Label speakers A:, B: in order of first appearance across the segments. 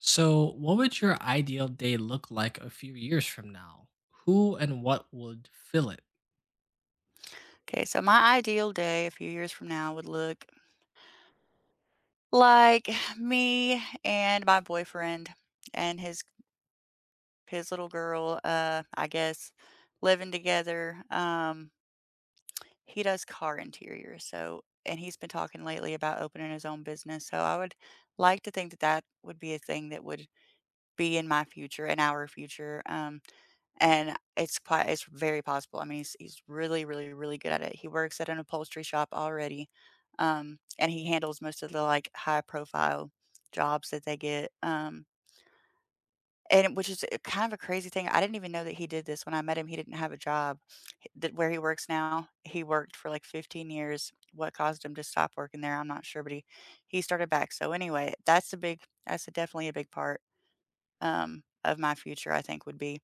A: So, what would your ideal day look like a few years from now? Who and what would fill it?
B: Okay, so my ideal day a few years from now would look like me and my boyfriend and his little girl, I guess, living together. He does car interiors, so and he's been talking lately about opening his own business. So I would like to think that that would be a thing that would be in my future, in our future. And it's very possible. I mean, he's really, really, really good at it. He works at an upholstery shop already, and he handles most of the, like, high profile jobs that they get, which is, kind of a crazy thing. I didn't even know that he did this. When I met him, he didn't have a job. H That where he works now, he worked for, like, 15 years. What caused him to stop working there, I'm not sure, but he started back. So, anyway, that's a definitely a big part of my future, I think would be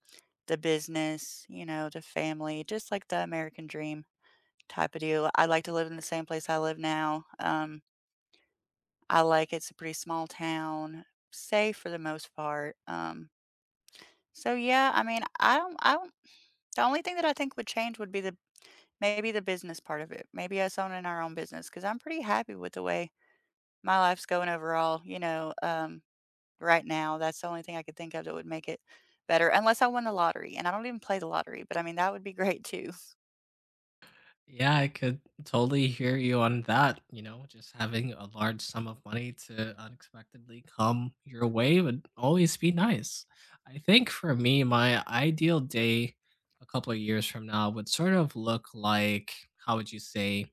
B: the business, you know, the family, just like the American dream type of deal. I like to live in the same place I live now. I like it's a pretty small town, safe for the most part. So yeah, I mean, I don't, the only thing that I think would change would be the maybe the business part of it. Maybe us owning our own business because I'm pretty happy with the way my life's going overall. You know, right now, that's the only thing I could think of that would make it better, unless I won the lottery, and I don't even play the lottery, but I mean, that would be great too.
A: Yeah, I could totally hear you on that. You know, just having a large sum of money to unexpectedly come your way would always be nice. I think for me, my ideal day a couple of years from now would sort of look like, how would you say,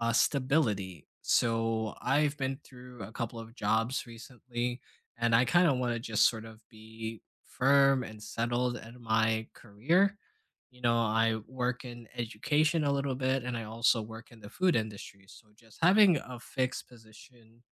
A: stability. So I've been through a couple of jobs recently, and I kind of want to just sort of be firm and settled in my career, you know, I work in education a little bit and I also work in the food industry. So just having a fixed position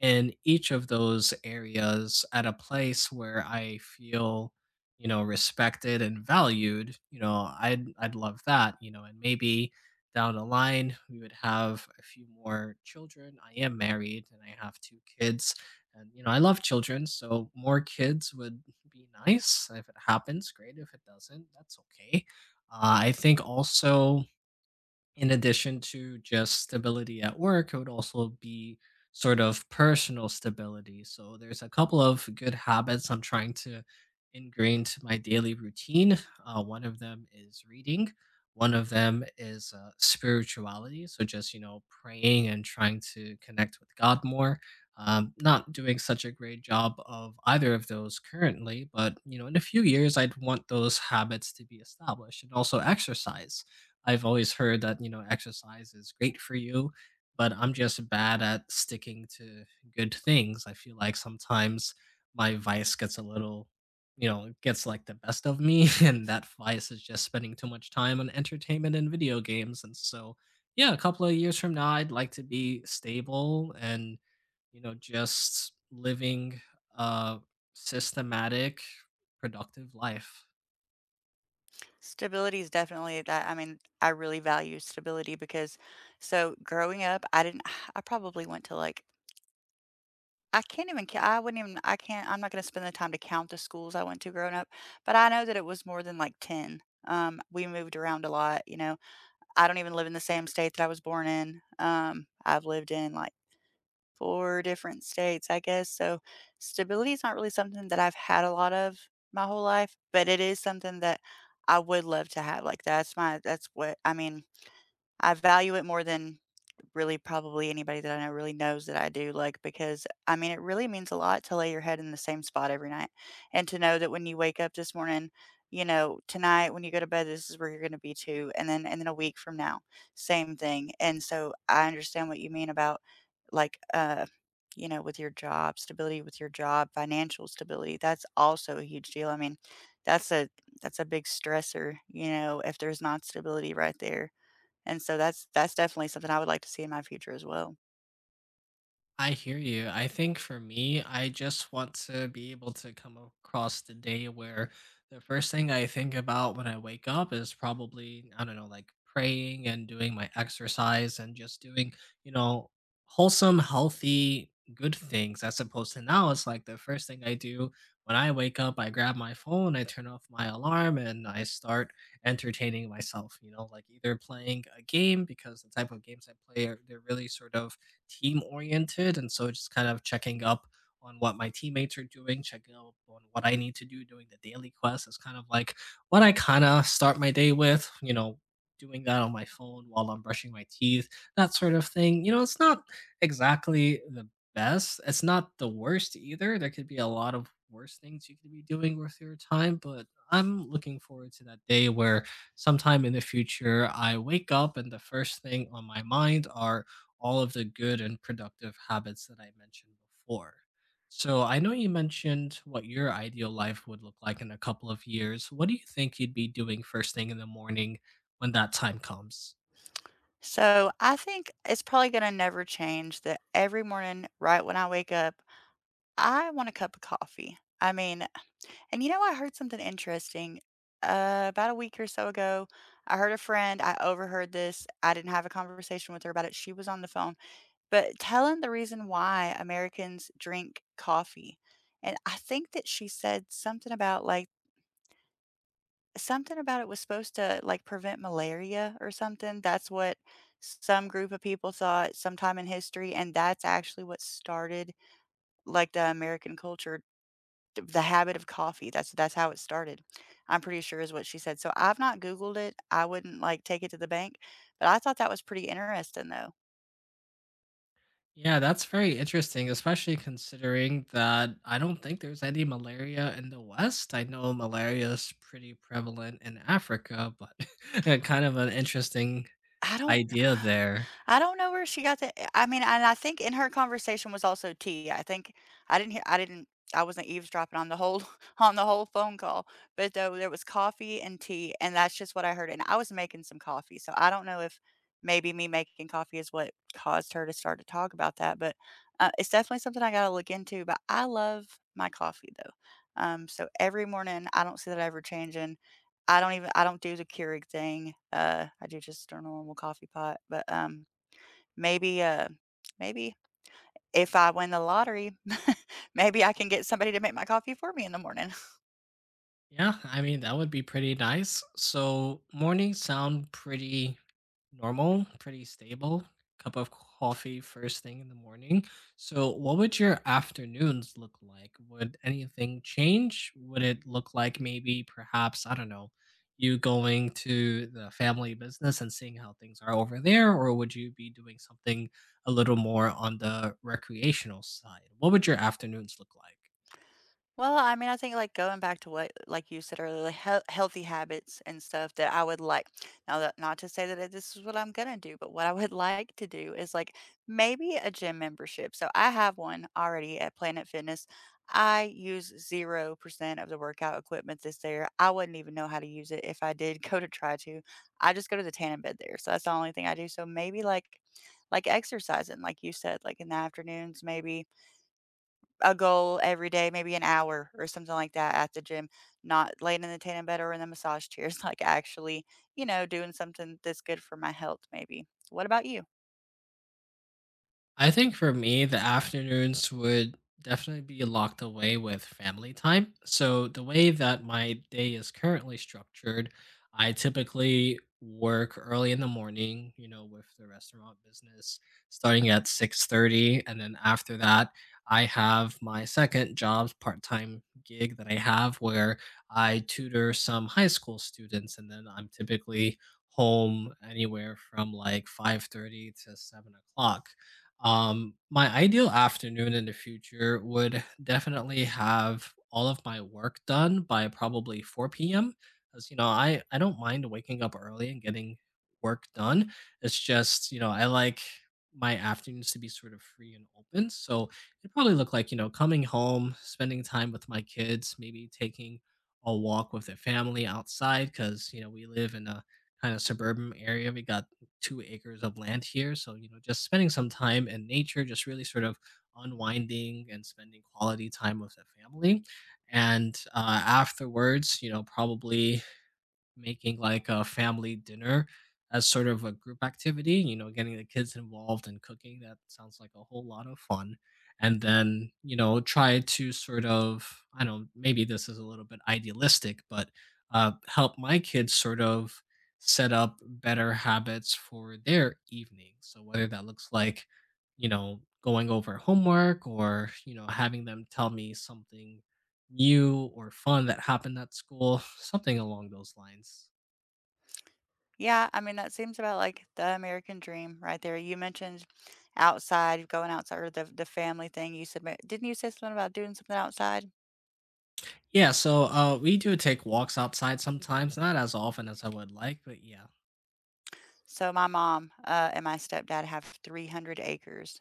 A: in each of those areas at a place where I feel, you know, respected and valued, you know, I'd love that, you know, and maybe down the line we would have a few more children. I am married and I have two kids and you know, I love children, so more kids would be nice. If it happens, great. If it doesn't, that's okay. I think also in addition to just stability at work, it would also be sort of personal stability. So there's a couple of good habits I'm trying to ingrain to my daily routine. One of them is reading. One of them is spirituality. So just you know praying and trying to connect with God more. Not doing such a great job of either of those currently, but you know in a few years I'd want those habits to be established and also exercise. I've always heard that, you know, exercise is great for you, but I'm just bad at sticking to good things. I feel like sometimes my vice gets a little, you know, gets like the best of me, and that vice is just spending too much time on entertainment and video games. And so, yeah, a couple of years from now, I'd like to be stable and, you know, just living a systematic, productive life.
B: Stability is definitely that. I mean, I really value stability because growing up, I didn't I probably went to like I wouldn't even I'm not gonna spend the time to count the schools I went to growing up, but I know that it was more than like 10. We moved around a lot, you know? I don't even live in the same state that I was born in. I've lived in, like, 4 different states, I guess, so stability is not really something that I've had a lot of my whole life, but it is something that I would love to have, like, that's what I mean, I value it more than really probably anybody that I know really knows that I do, like, because, I mean, it really means a lot to lay your head in the same spot every night and to know that when you wake up this morning, you know, tonight when you go to bed, this is where you're gonna be too, and then a week from now, same thing, and so I understand what you mean about, like, you know, with your job, stability with your job, financial stability, that's also a huge deal. I mean, that's a that's a big stressor, you know, if there's not stability right there. And so that's definitely something I would like to see in my future as well.
A: I hear you. I think for me, I just want to be able to come across the day where the first thing I think about when I wake up is probably, I don't know, like praying and doing my exercise and just doing, you know, wholesome, healthy, good things as opposed to now. It's like the first thing I do when I wake up, I grab my phone, I turn off my alarm, and I start entertaining myself, you know, like either playing a game because the type of games I play are they're really sort of team oriented. And so just kind of checking up on what my teammates are doing, checking up on what I need to do doing the daily quest is kind of like what I kind of start my day with, you know, doing that on my phone while I'm brushing my teeth, that sort of thing. You know, it's not exactly the best. It's not the worst either. There could be a lot of worse things you could be doing with your time, but I'm looking forward to that day where sometime in the future I wake up and the first thing on my mind are all of the good and productive habits that I mentioned before. So I know you mentioned what your ideal life would look like in a couple of years. What do you think you'd be doing first thing in the morning when that time comes?
B: So, I think it's probably gonna never change that every morning right when I wake up, I want a cup of coffee. I mean, and you know, I heard something interesting, about a week or so ago. I heard a friend. I overheard this. I didn't have a conversation with her about it, she was on the phone, but telling the reason why Americans drink coffee. And I think that she said something about, like. Something about it was supposed to, like, prevent malaria or something. That's what some group of people thought sometime in history, and that's actually what started, like, the American culture, the habit of coffee. That's how it started, I'm pretty sure is what she said. So, I've not Googled it. I wouldn't, like, take it to the bank, but I thought that was pretty interesting, though.
A: Yeah, that's very interesting, especially considering that I don't think there's any malaria in the West. I know malaria is pretty prevalent in Africa, but kind of an interesting
B: I don't
A: idea
B: know.
A: there.
B: I don't know where she got the. I mean, and I think in her conversation was also tea. I think I didn't. I wasn't eavesdropping on the whole on the whole phone call, but though there was coffee and tea, and that's just what I heard, and I was making some coffee, so I don't know if maybe me making coffee is what caused her to start to talk about that, but, it's definitely something I gotta look into, but I love my coffee, though, so every morning, I don't see that ever changing. I don't do the Keurig thing. I do just a normal coffee pot, but, um. Maybe, maybe if I win the lottery, maybe I can get somebody to make my coffee for me in the morning.
A: Yeah, I mean, that would be pretty nice. So, mornings sound pretty normal, pretty stable. Cup of coffee first thing in the morning. So, what would your afternoons look like? Would anything change? Would it look like maybe, perhaps, I don't know, you going to the family business and seeing how things are over there? Or would you be doing something a little more on the recreational side? What would your afternoons look like?
B: Well, I mean, I think like going back to what like you said earlier, like healthy habits and stuff that I would like. Now, that not to say that this is what I'm gonna do, but what I would like to do is like maybe a gym membership. So I have one already at Planet Fitness. I use 0% of the workout equipment that's there. I wouldn't even know how to use it if I did go to try to. I just go to the tanning bed there, so that's the only thing I do. So maybe like exercising, like you said, like in the afternoons, maybe a goal every day, maybe an hour or something like that at the gym, not laying in the tanning bed or in the massage chairs, like actually, you know, doing something that's good for my health, maybe. What about you?
A: I think for me, the afternoons would definitely be locked away with family time. So, the way that my day is currently structured, I typically work early in the morning, you know, with the restaurant business starting at 6:30 and then after that, I have my second job, part-time gig that I have where I tutor some high school students and then I'm typically home anywhere from like 5:30 to 7 o'clock. My ideal afternoon in the future would definitely have all of my work done by probably 4 p.m. Because, you know, I don't mind waking up early and getting work done. It's just, you know, I like my afternoons to be sort of free and open. So it probably look like, you know, coming home, spending time with my kids, maybe taking a walk with the family outside because, you know, we live in a kind of suburban area. We got two acres of land here. So, you know, just spending some time in nature, just really sort of unwinding and spending quality time with the family. And afterwards, you know, probably making like a family dinner as sort of a group activity, you know, getting the kids involved and cooking. That sounds like a whole lot of fun. And then, you know, try to sort of, I don't know, maybe this is a little bit idealistic, but help my kids sort of set up better habits for their evening. So whether that looks like, you know, going over homework or, you know, having them tell me something new or fun that happened at school, something along those lines.
B: Yeah, I mean, that seems about like the American dream right there. You mentioned outside, going outside, or the family thing. You said, didn't you say something about doing something outside?
A: Yeah, so we do take walks outside sometimes, not as often as I would like, but yeah.
B: So, my mom, and my stepdad have 300 acres.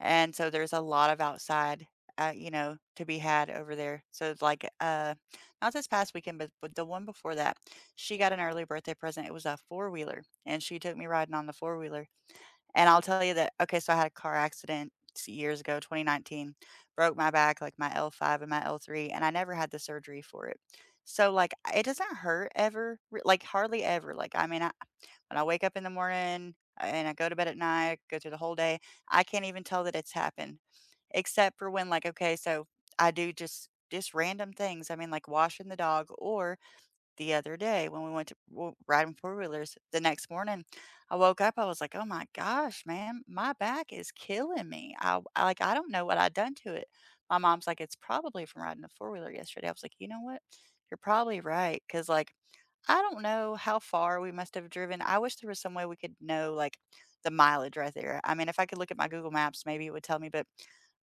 B: And so there's a lot of outside, you know, to be had over there. So it's like, not this past weekend, but, the one before that, she got an early birthday present. It was a four wheeler, and she took me riding on the four wheeler. And I'll tell you that, okay, so I had a car accident years ago, 2019, broke my back, like my L5 and my L3, and I never had the surgery for it. So like, it doesn't hurt ever, like hardly ever. Like, and I wake up in the morning, and I go to bed at night, go through the whole day. I can't even tell that it's happened, except for when, like, okay, so I do just random things. I mean, like washing the dog, or the other day when we went to riding four wheelers. The next morning, I woke up. I was like, oh my gosh, man, my back is killing me. I like I don't know what I done to it. My mom's like, it's probably from riding the four wheeler yesterday. I was like, you know what? You're probably right. Cause like I don't know how far we must have driven. I wish there was some way we could know, like, the mileage right there. I mean, if I could look at my Google Maps, maybe it would tell me, but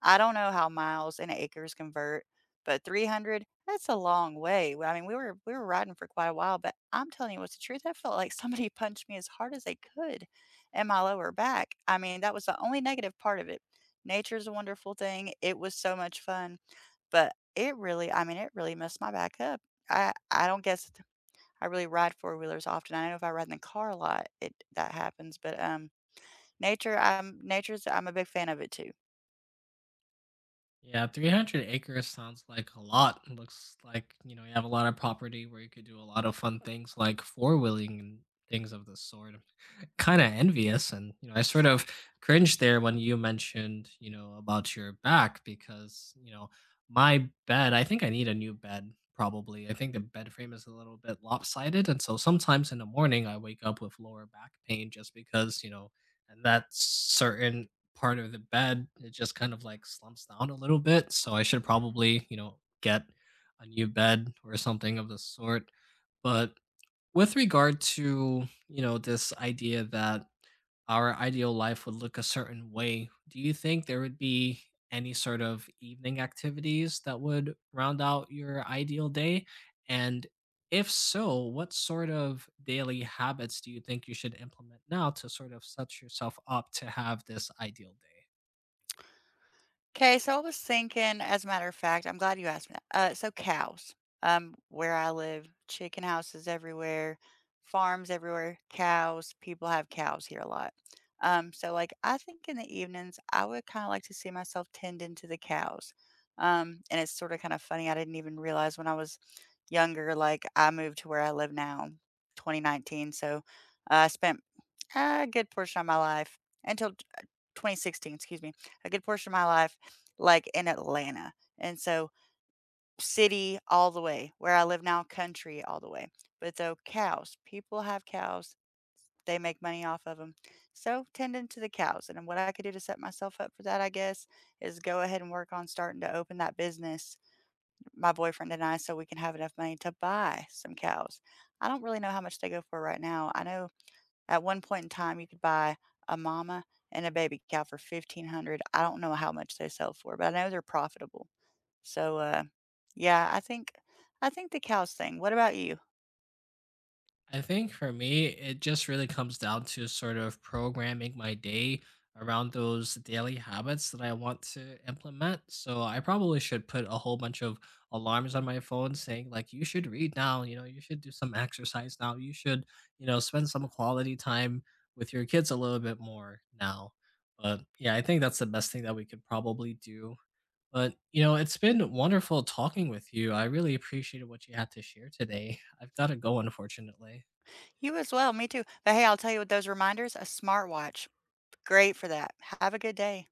B: I don't know how miles and acres convert, but 300, that's a long way. Well, I mean, we were riding for quite a while, but I'm telling you what's the truth, I felt like somebody punched me as hard as they could in my lower back. I mean, that was the only negative part of it. Nature's a wonderful thing. It was so much fun, but it really, I mean, it really messed my back up. I don't guess I really ride four wheelers often. I know if I ride in the car a lot, it that happens, but, nature, nature's I'm a big fan of it too.
A: Yeah, 300 acres sounds like a lot. Looks like, you know, you have a lot of property where you could do a lot of fun things like four wheeling and things of the sort. Kind of envious, and you know, I sort of cringed there when you mentioned, you know, about your back, because you know, my bed, I think I need a new bed probably. I think the bed frame is a little bit lopsided, and so sometimes in the morning I wake up with lower back pain just because, you know, and that certain part of the bed it just kind of like slumps down a little bit, so I should probably, you know, get a new bed or something of the sort. But with regard to, you know, this idea that our ideal life would look a certain way, do you think there would be any sort of evening activities that would round out your ideal day, and if so, what sort of daily habits do you think you should implement now to sort of set yourself up to have this ideal day?
B: Okay, so I was thinking, as a matter of fact, I'm glad you asked me that. So cows, where I live, chicken houses everywhere, farms everywhere, cows, people have cows here a lot. So like I think in the evenings, I would kind of like to see myself tending to the cows. And it's sort of kind of funny. I didn't even realize when I was younger, like I moved to where I live now, 2019. So I spent a good portion of my life until 2016, excuse me, a good portion of my life like, in Atlanta, and so city all the way. Where I live now, country all the way. But so cows, people have cows, they make money off of them. So, tending to the cows, and then what I could do to set myself up for that, I guess, is go ahead and work on starting to open that business, my boyfriend and I, so we can have enough money to buy some cows. I don't really know how much they go for right now. I know at one point in time, you could buy a mama and a baby cow for 1,500. I don't know how much they sell for, but I know they're profitable. So, yeah, I think the cows thing. What about you?
A: I think for me, it just really comes down to sort of programming my day around those daily habits that I want to implement. So I probably should put a whole bunch of alarms on my phone saying, like, you should read now, you know, you should do some exercise now, you should, you know, spend some quality time with your kids a little bit more now. But yeah, I think that's the best thing that we could probably do. But, you know, it's been wonderful talking with you. I really appreciated what you had to share today. I've got to go, unfortunately.
B: You as well, me too. But hey, I'll tell you what, those reminders, a smartwatch, great for that. Have a good day.